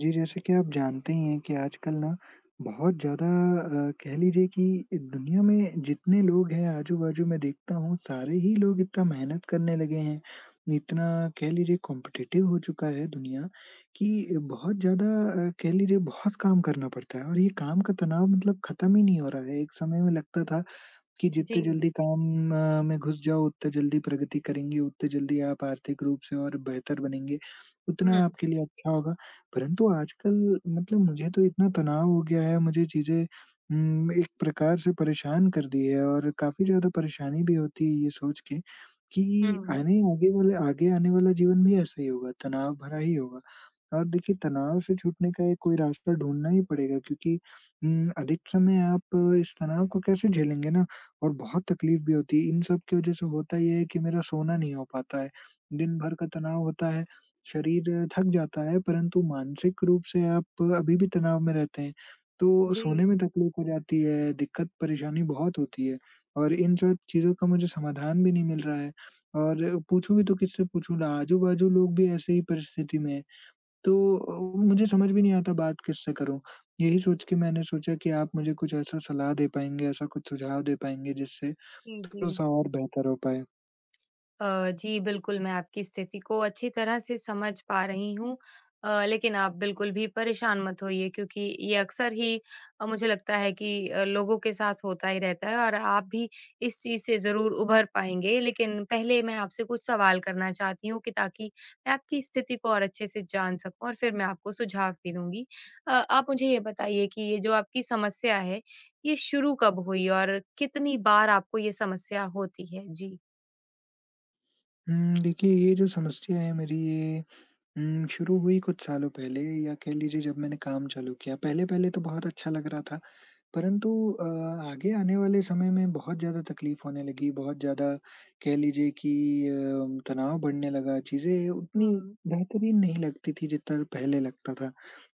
जी, जैसे कि आप जानते ही हैं कि आजकल ना बहुत ज़्यादा कह लीजिए कि दुनिया में जितने लोग हैं, आजू-बाजू मैं देखता हूँ सारे ही लोग इतना मेहनत करने लगे हैं। इतना कह लीजिए कॉम्पिटिटिव हो चुका है दुनिया कि बहुत ज़्यादा कह लीजिए बहुत काम करना पड़ता है, और ये काम का तनाव मतलब खत्म ही नहीं हो रहा है। एक समय में लगता था कि जी। जितने जल्दी काम में घुस जाओ उतने जल्दी प्रगति करेंगे, उतने जल्दी आप आर्थिक रूप से और बेहतर बनेंगे, उतना हुँ, आपके लिए अच्छा होगा। परंतु आजकल मतलब मुझे तो इतना तनाव हो गया है, मुझे चीज़ें एक प्रकार से परेशान कर दी है, और काफ़ी ज़्यादा परेशानी भी होती है ये सोच के कि हुँ। आने आगे वाले आगे आने वाला जीवन भी ऐसा ही होगा, तनाव भरा ही होगा। और देखिए तनाव से छूटने का एक कोई रास्ता ढूँढना ही पड़ेगा, क्योंकि अधिक समय आप इस तनाव को कैसे झेलेंगे ना? और बहुत तकलीफ भी होती है। इन सब की वजह से होता ये है कि मेरा सोना नहीं हो पाता है। दिन भर का तनाव होता है, शरीर थक जाता है, परंतु मानसिक रूप से आप अभी भी तनाव में रहते हैं। तो जी, सोने में तकलीफ हो जाती है, दिक्कत परेशानी बहुत होती है, और इन सब चीज़ों का मुझे समाधान भी नहीं मिल रहा है। और पूछूँ भी तो किससे पूछूँ ना, आजू-बाजू लोग भी ऐसे ही परिस्थिति में हैं। तो मुझे समझ भी नहीं आता बात किससे करूँ? यही सोच के मैंने सोचा कि आप मुझे कुछ ऐसा सलाह दे पाएँगे, ऐसा कुछ सुझाव दे पाएँगे जिससे जी, जी। थोड़ा-सा और बेहतर हो पाए। जी, बिल्कुल, मैं आपकी स्थिति को अच्छी तरह से समझ पा रही हूँ। लेकिन आप बिल्कुल भी परेशान मत होइए क्योंकि ये अक्सर ही मुझे लगता है कि लोगों के साथ होता ही रहता है और आप भी इस चीज़ से ज़रूर उभर पाएँगे। लेकिन पहले मैं आपसे कुछ सवाल करना चाहती हूँ कि ताकि मैं आपकी स्थिति को और अच्छे से जान सकूँ और फिर मैं आपको सुझाव भी दूँगी। आप मुझे ये बताइए कि ये जो आपकी समस्या है, ये शुरू कब हुई और कितनी बार आपको ये समस्या होती है? जी। देखिए ये जो समस्या है मेरी, ये शुरू हुई कुछ सालों पहले, या कह लीजिए जब मैंने काम चालू किया। पहले-पहले तो बहुत अच्छा लग रहा था, परंतु अ, आगे आने वाले समय में बहुत ज़्यादा तकलीफ होने लगी, बहुत ज़्यादा कह लीजिए कि तनाव बढ़ने लगा, चीज़ें उतनी हुँ। बेहतरीन नहीं लगती थी जितना पहले लगता था।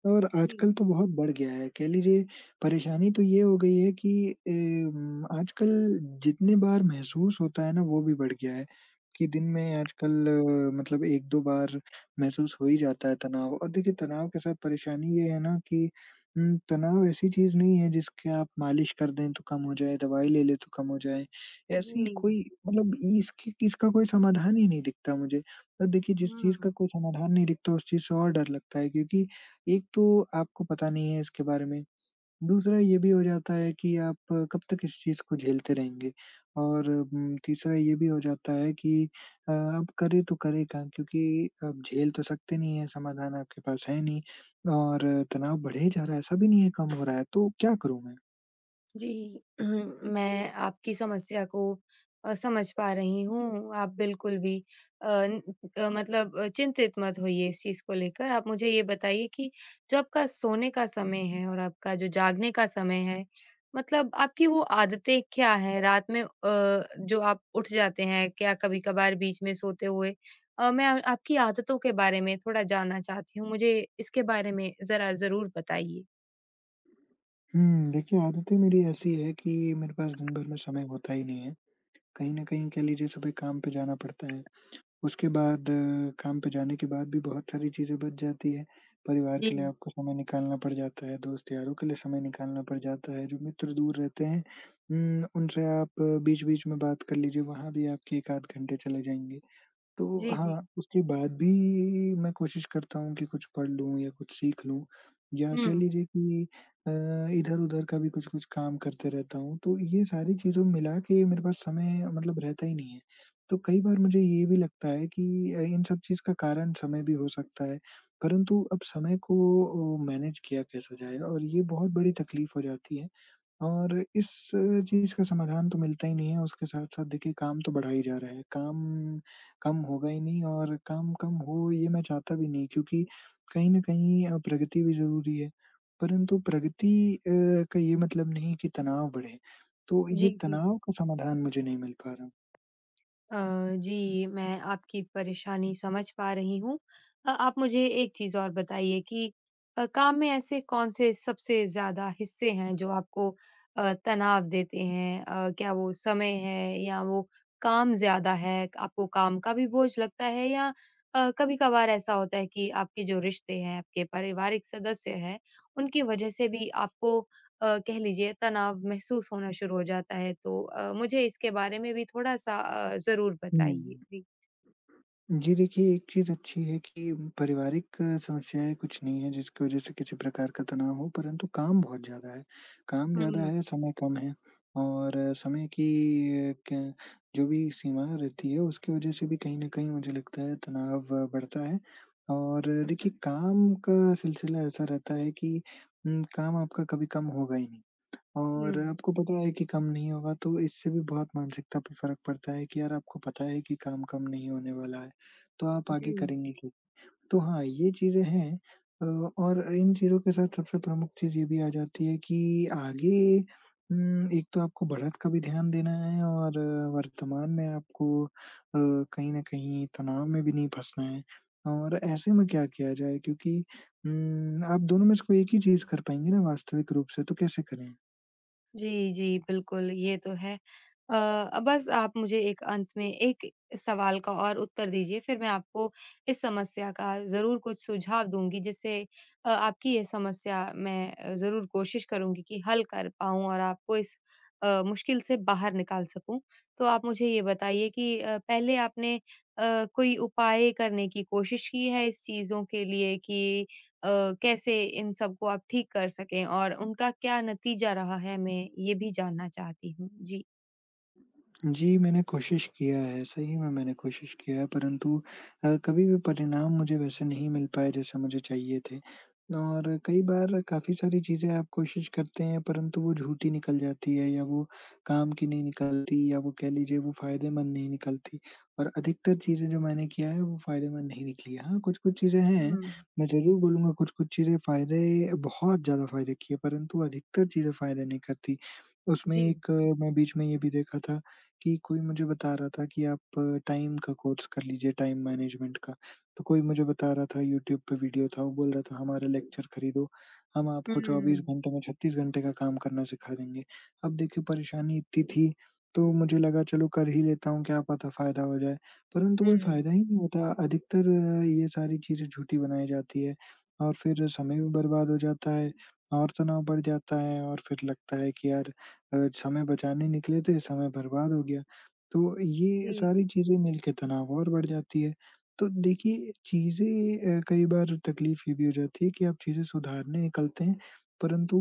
और जी, आजकल तो बहुत बढ़ गया है, कह लीजिए परेशानी तो ये हो गई है कि आजकल जितने बार महसूस होता है ना वो भी बढ़ गया है, कि दिन में आजकल मतलब 1-2 बार महसूस हो ही जाता है तनाव। और देखिए तनाव के साथ परेशानी ये है ना कि तनाव ऐसी चीज़ नहीं है जिसके आप मालिश कर दें तो कम हो जाए, दवाई ले लें तो कम हो जाए। ऐसी जी, कोई मतलब इसकी इसका कोई समाधान ही नहीं दिखता मुझे। और देखिए जिस चीज़ हुँ। का कोई समाधान नहीं दिखता उस चीज़ से और डर लगता है, क्योंकि एक तो आपको पता नहीं है इसके बारे में। दूसरा ये भी हो जाता है कि आप कब तक इस चीज़ को झेलते रहेंगे, और तीसरा ये भी हो जाता है कि आप करें तो करें क्या? क्योंकि आप झेल तो सकते नहीं हैं, समाधान आपके पास है नहीं, और तनाव बढ़े ही जा रहा है, ऐसा भी नहीं है कम हो रहा है, तो क्या करूँ मैं? जी, मैं जी। आपकी समस्या को समझ पा रही हूँ। आप बिल्कुल भी अ, न अ, मतलब चिंतित मत होइए इस चीज़ को लेकर। आप मुझे ये बताइए कि जो आपका सोने का समय है और आपका जो जागने का समय है, मतलब आपकी वो आदतें क्या हैं? रात में जो आप उठ जाते हैं, क्या कभी-कभार बीच में सोते हुए? मैं आपकी आदतों के बारे में थोड़ा जानना चाहती हूँ। मुझे इसके बारे में ज़रा ज़रूर बताइए। देखिए आदतें मेरी ऐसी है कि मेरे पास दिन भर में समय होता ही नहीं है। कहीं न कहीं कह लीजिए सुबह काम पे जाना पड़ता है। उसके बाद काम पे जाने के बाद भी बहुत सारी चीज़ें बच जाती है। परिवार जी। के लिए आपको समय निकालना पड़ जाता है, दोस्त-यारों के लिए समय निकालना पड़ जाता है, जो मित्र दूर रहते हैं उनसे आप बीच-बीच में बात कर लीजिए, वहाँ भी आपके 1 आध घंटे चले जाएँगे। तो जी, जी। हाँ, उसके बाद भी मैं कोशिश करता हूँ कि कुछ पढ़ लूँ या कुछ सीख लूँ, या कह हुँ। लीजिए कि अ, इधर-उधर का भी कुछ-कुछ काम करते रहता हूँ, तो ये सारी चीज़ों मिला के मेरे पास समय मतलब रहता ही नहीं है। तो कई बार मुझे ये भी लगता है कि इन सब चीज़ का कारण समय भी हो सकता है, परंतु अब समय को मैनेज किया कैसे जाए, और ये बहुत बड़ी तकलीफ हो जाती है। और इस चीज़ का समाधान तो मिलता ही नहीं है, उसके साथ-साथ देखिए काम तो बढ़ा ही जा रहा है। काम कम होगा ही नहीं, और काम कम हो ये मैं चाहता भी नहीं, क्योंकि कहीं न कहीं प्रगति भी ज़रूरी है। परंतु प्रगति अ, का ये मतलब नहीं कि तनाव बढ़े। तो जी, ये जी। तनाव का समाधान मुझे नहीं मिल पा रहा। अ, जी, मैं आपकी परेशानी समझ पा रही हूँ। आप मुझे एक चीज़ और बताइए कि काम में ऐसे कौन से सबसे ज़्यादा हिस्से हैं जो आपको तनाव देते हैं? क्या वो समय है या वो काम ज़्यादा है? आपको काम का भी बोझ लगता है या कभी-कभार ऐसा होता है कि आपके जो रिश्ते हैं, आपके पारिवारिक सदस्य हैं, उनकी वजह से भी आपको कह लीजिए तनाव महसूस होना शुरू हो जाता है तो मुझे इसके बारे में भी थोड़ा-सा ज़रूर बताइए? हुँ। जी। जी, देखिए, एक चीज़ अच्छी है कि पारिवारिक समस्याएँ कुछ नहीं है जिसकी वज़ह से किसी प्रकार का तनाव हो, परंतु काम बहुत ज़्यादा है। काम ज़्यादा हुँ, है, समय कम है, और समय की अ, क जो भी सीमा रहती है उसकी वज़ह से भी कहीं न कहीं मुझे लगता है तनाव बढ़ता है। और देखिए काम का सिलसिला ऐसा रहता है कि काम आपका कभी कम होगा ही नहीं। हुँ, और आपको पता है कि कम नहीं होगा, तो इससे भी बहुत मानसिकता पे फ़र्क पड़ता है कि यार, आपको पता है कि काम कम नहीं होने वाला है, तो आप जी। आगे करेंगे क्यों? तो हाँ, ये चीज़ें हैं, अ, और इन चीज़ों के साथ सबसे प्रमुख चीज़ ये भी आ जाती है कि आगे एक तो आपको बढ़त का भी ध्यान देना है, और वर्तमान में आपको कहीं न कहीं तनाव में भी नहीं फँसना है, और ऐसे में क्या किया जाए, क्योंकि आप दोनों में से कोई एक ही चीज़ कर पाएँगे ना वास्तविक रूप से, तो कैसे करें? जी, जी, बिल्कुल, ये तो है। बस आप मुझे एक अंत में एक सवाल का और उत्तर दीजिए, फिर मैं आपको इस समस्या का ज़रूर कुछ सुझाव दूँगी, जिससे आपकी ये समस्या मैं ज़रूर कोशिश करूँगी कि हल कर पाऊँ और आपको इस मुश्किल से बाहर निकाल सकूँ। तो आप मुझे ये बताइए कि पहले आपने कोई उपाय करने की कोशिश की है इस चीज़ों के लिए कि अ, कैसे इन सबको आप ठीक कर सकें और उनका क्या नतीजा रहा है मैं ये भी जानना चाहती हूँ? जी। जी, मैंने कोशिश किया है, सही में मैंने कोशिश किया है, परंतु कभी भी परिणाम मुझे वैसे नहीं मिल पाए जैसे मुझे चाहिए थे। और कई बार काफ़ी सारी चीज़ें आप कोशिश करते हैं, परंतु वो झूठी निकल जाती है, या वो काम की नहीं निकलती, या वो कह लीजिए वो फ़ायदेमंद नहीं निकलती, और अधिकतर चीज़ें जो मैंने किया है वो फ़ायदेमंद नहीं निकली है। हाँ, कुछ-कुछ चीज़ें हैं, हुँ। मैं ज़रूर बोलूँगा कुछ-कुछ चीज़ें फ़ायदे, बहुत ज़्यादा फ़ायदे किए, परंतु अधिकतर चीज़ें फ़ायदे नहीं करती। उसमें जी। एक मैं बीच में ये भी देखा था कि कोई मुझे बता रहा था कि आप टाइम का कोर्स कर लीजिए, टाइम मैनेजमेंट का। तो कोई मुझे बता रहा था यूट्यूब पे वीडियो था, वो बोल रहा था हमारा लेक्चर खरीदो, हम आपको 24 हुँ, घंटे में 36 घंटे का काम करना सिखा देंगे। अब देखिए परेशानी इतनी थी, तो मुझे लगा चलो कर ही लेता हूँ, क्या पता फ़ायदा हो जाए। परंतु कोई हुँ, फ़ायदा ही नहीं होता, अधिकतर ये सारी चीज़ें झूठी बनाई जाती है, और फिर समय भी बर्बाद हो जाता है, और तनाव बढ़ जाता है, और फिर लगता है कि यार समय बचाने निकले थे, समय बर्बाद हो गया। तो ये जी, सारी चीज़ें मिलके तनाव और बढ़ जाती है। तो देखिए चीज़ें, कई बार तकलीफ़ ये भी हो जाती है कि आप चीज़ें सुधारने निकलते हैं, परंतु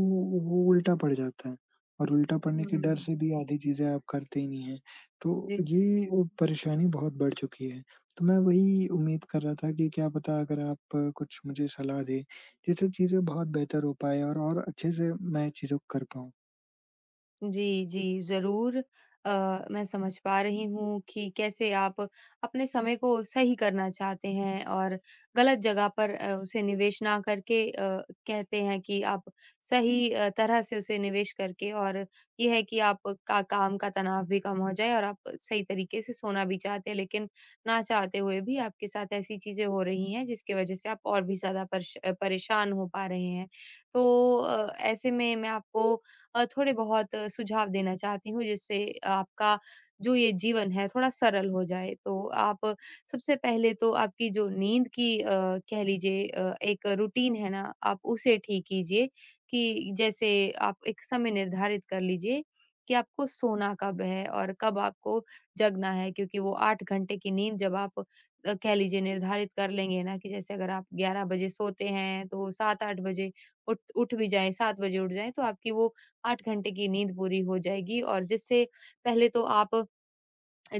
वो उल्टा पड़ जाता है, और उल्टा पड़ने के डर हुँ, से भी आधी चीज़ें आप करते ही नहीं हैं। तो जी। ये परेशानी बहुत बढ़ चुकी है। तो मैं वही उम्मीद कर रहा था कि क्या पता, अगर आप कुछ मुझे सलाह दें, जिससे चीज़ें बहुत बेहतर हो पाएँ, और अच्छे से मैं चीज़ों को कर पाऊँ। जी, जी, ज़रूर। अ, मैं समझ पा रही हूँ कि कैसे आप अपने समय को सही करना चाहते हैं और गलत जगह पर उसे निवेश ना करके कहते हैं कि आप सही तरह से उसे निवेश करके और ये है कि आप का काम का तनाव भी कम हो जाए और आप सही तरीके से सोना भी चाहते हैं, लेकिन ना चाहते हुए भी आपके साथ ऐसी चीज़ें हो रही हैं, जिसकी वज़ह से आप और भी ज़्यादा परेशान हो पा रहे हैं। तो ऐसे में मैं आपको थोड़े बहुत सुझाव देना चाहती हूँ जिससे आपका जो ये जीवन है थोड़ा सरल हो जाए। तो आप सबसे पहले तो आपकी जो नींद की कह लीजिए एक रूटीन है ना आप उसे ठीक कीजिए कि जैसे आप एक समय निर्धारित कर लीजिए कि आपको सोना कब है और कब आपको जगना है क्योंकि वो 8 घंटे की नींद जब आप कह लीजिए निर्धारित कर लेंगे ना कि जैसे अगर आप 11 बजे सोते हैं तो 7-8 बजे उठ उठ भी जाएँ, 7 बजे उठ जाएँ तो आपकी वो 8 घंटे की नींद पूरी हो जाएगी और जिससे पहले तो आप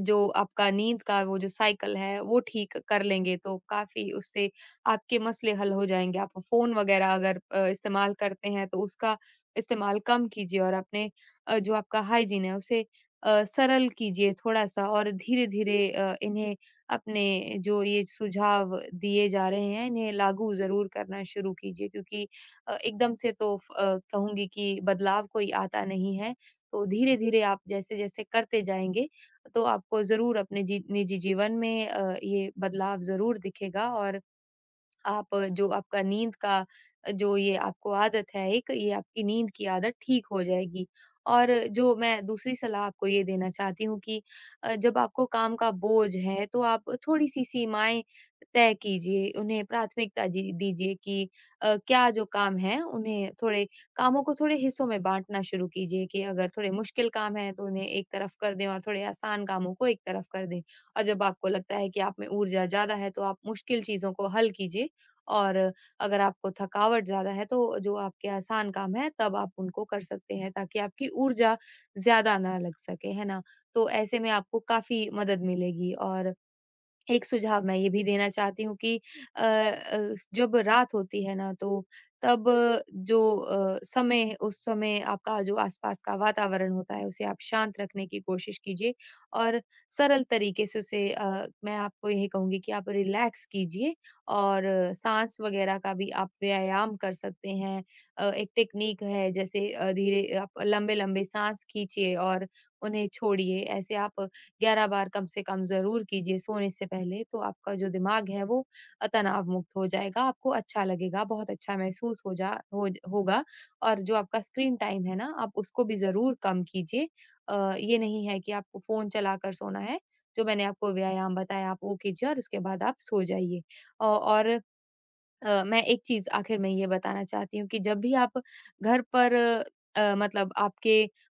जो आपका नींद का वो जो साइकिल है वो ठीक कर लेंगे तो काफ़ी उससे आपके मसले हल हो जाएँगे। आप फ़ोन वग़ैरह अगर इस्तेमाल करते हैं तो उसका इस्तेमाल कम कीजिए और अपने जो आपका हाइजीन है उसे सरल कीजिए थोड़ा-सा और धीरे-धीरे इन्हें अपने जो ये सुझाव दिए जा रहे हैं इन्हें लागू ज़रूर करना शुरू कीजिए क्योंकि एकदम से तो कहूँगी कि बदलाव कोई आता नहीं है। तो धीरे-धीरे आप जैसे-जैसे करते जाएँगे तो आपको ज़रूर अपने जी निजी जीवन में ये बदलाव ज़रूर दिखेगा और आप जो आपका नींद का जो ये आपको आदत है एक, ये आपकी नींद की आदत ठीक हो जाएगी। और जो मैं दूसरी सलाह आपको ये देना चाहती हूँ कि जब आपको काम का बोझ है, तो आप थोड़ी-सी सीमाएँ तय कीजिए, उन्हें प्राथमिकता जी दीजिए कि क्या जो काम है, उन्हें थोड़े कामों को थोड़े हिस्सों में बाँटना शुरू कीजिए कि अगर थोड़े मुश्किल काम हैं, तो उन्हें एक तरफ कर दें और थोड़े आसान कामों को एक तरफ कर दें। और जब आपको लगता है कि आप में ऊर्जा ज़्यादा है, तो आप मुश्किल चीज़ों को हल कीजिए और अगर आपको थकावट ज़्यादा है तो जो आपके आसान काम है तब आप उनको कर सकते हैं ताकि आपकी ऊर्जा ज़्यादा ना लग सके, है ना? तो ऐसे में आपको काफ़ी मदद मिलेगी और एक सुझाव मैं ये भी देना चाहती हूँ कि जब रात होती है ना तो तब जो समय उस समय आपका जो आसपास का वातावरण होता है उसे आप शांत रखने की कोशिश कीजिए और सरल तरीके से उसे मैं आपको यही कहूँगी कि आप रिलैक्स कीजिए और साँस वगैरह का भी आप व्यायाम कर सकते हैं। एक टेक्नीक है जैसे धीरे आप लंबे-लंबे साँस खींचिए और उन्हें छोड़िए। ऐसे आप 11 बार कम से कम ज़रूर कीजिए सोने से पहले, तो आपका जो दिमाग है वो तनाव मुक्त हो जाएगा, आपको अच्छा लगेगा, बहुत अच्छा महसूस हो जा हो होगा और जो आपका स्क्रीन टाइम है ना, आप उसको भी ज़रूर कम कीजिए। ये नहीं है कि आपको फ़ोन चलाकर सोना है, जो मैंने आपको व्यायाम बताया आप वो कीजिए और उसके बाद आप सो जाइए। और मैं एक चीज़ आखिर में ये बताना चाहती हूँ कि जब भी आप घर पर मतलब आपके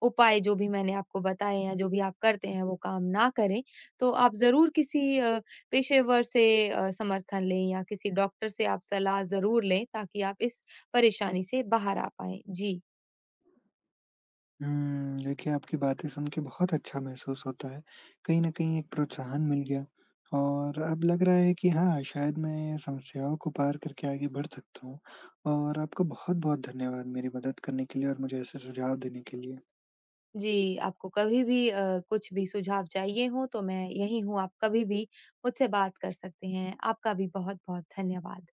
उपाय जो भी मैंने आपको बताए हैं, जो भी आप करते हैं वो काम ना करें, तो आप ज़रूर किसी पेशेवर से समर्थन लें या किसी डॉक्टर से आप सलाह ज़रूर लें ताकि आप इस परेशानी से बाहर आ पाएँ। जी। देखिए आपकी बातें सुन के बहुत अच्छा महसूस होता है। कहीं न कहीं एक प्रोत्साहन मिल गया, और अब लग रहा है कि हाँ, शायद मैं समस्याओं को पार करके आगे बढ़ सकता हूँ, और आपका बहुत-बहुत धन्यवाद मेरी मदद करने के लिए और मुझे ऐसे सुझाव देने के लिए। जी, आपको कभी भी कुछ भी सुझाव चाहिए हों तो मैं यहीं हूँ, आप कभी भी मुझसे बात कर सकते हैं। आपका भी बहुत-बहुत धन्यवाद।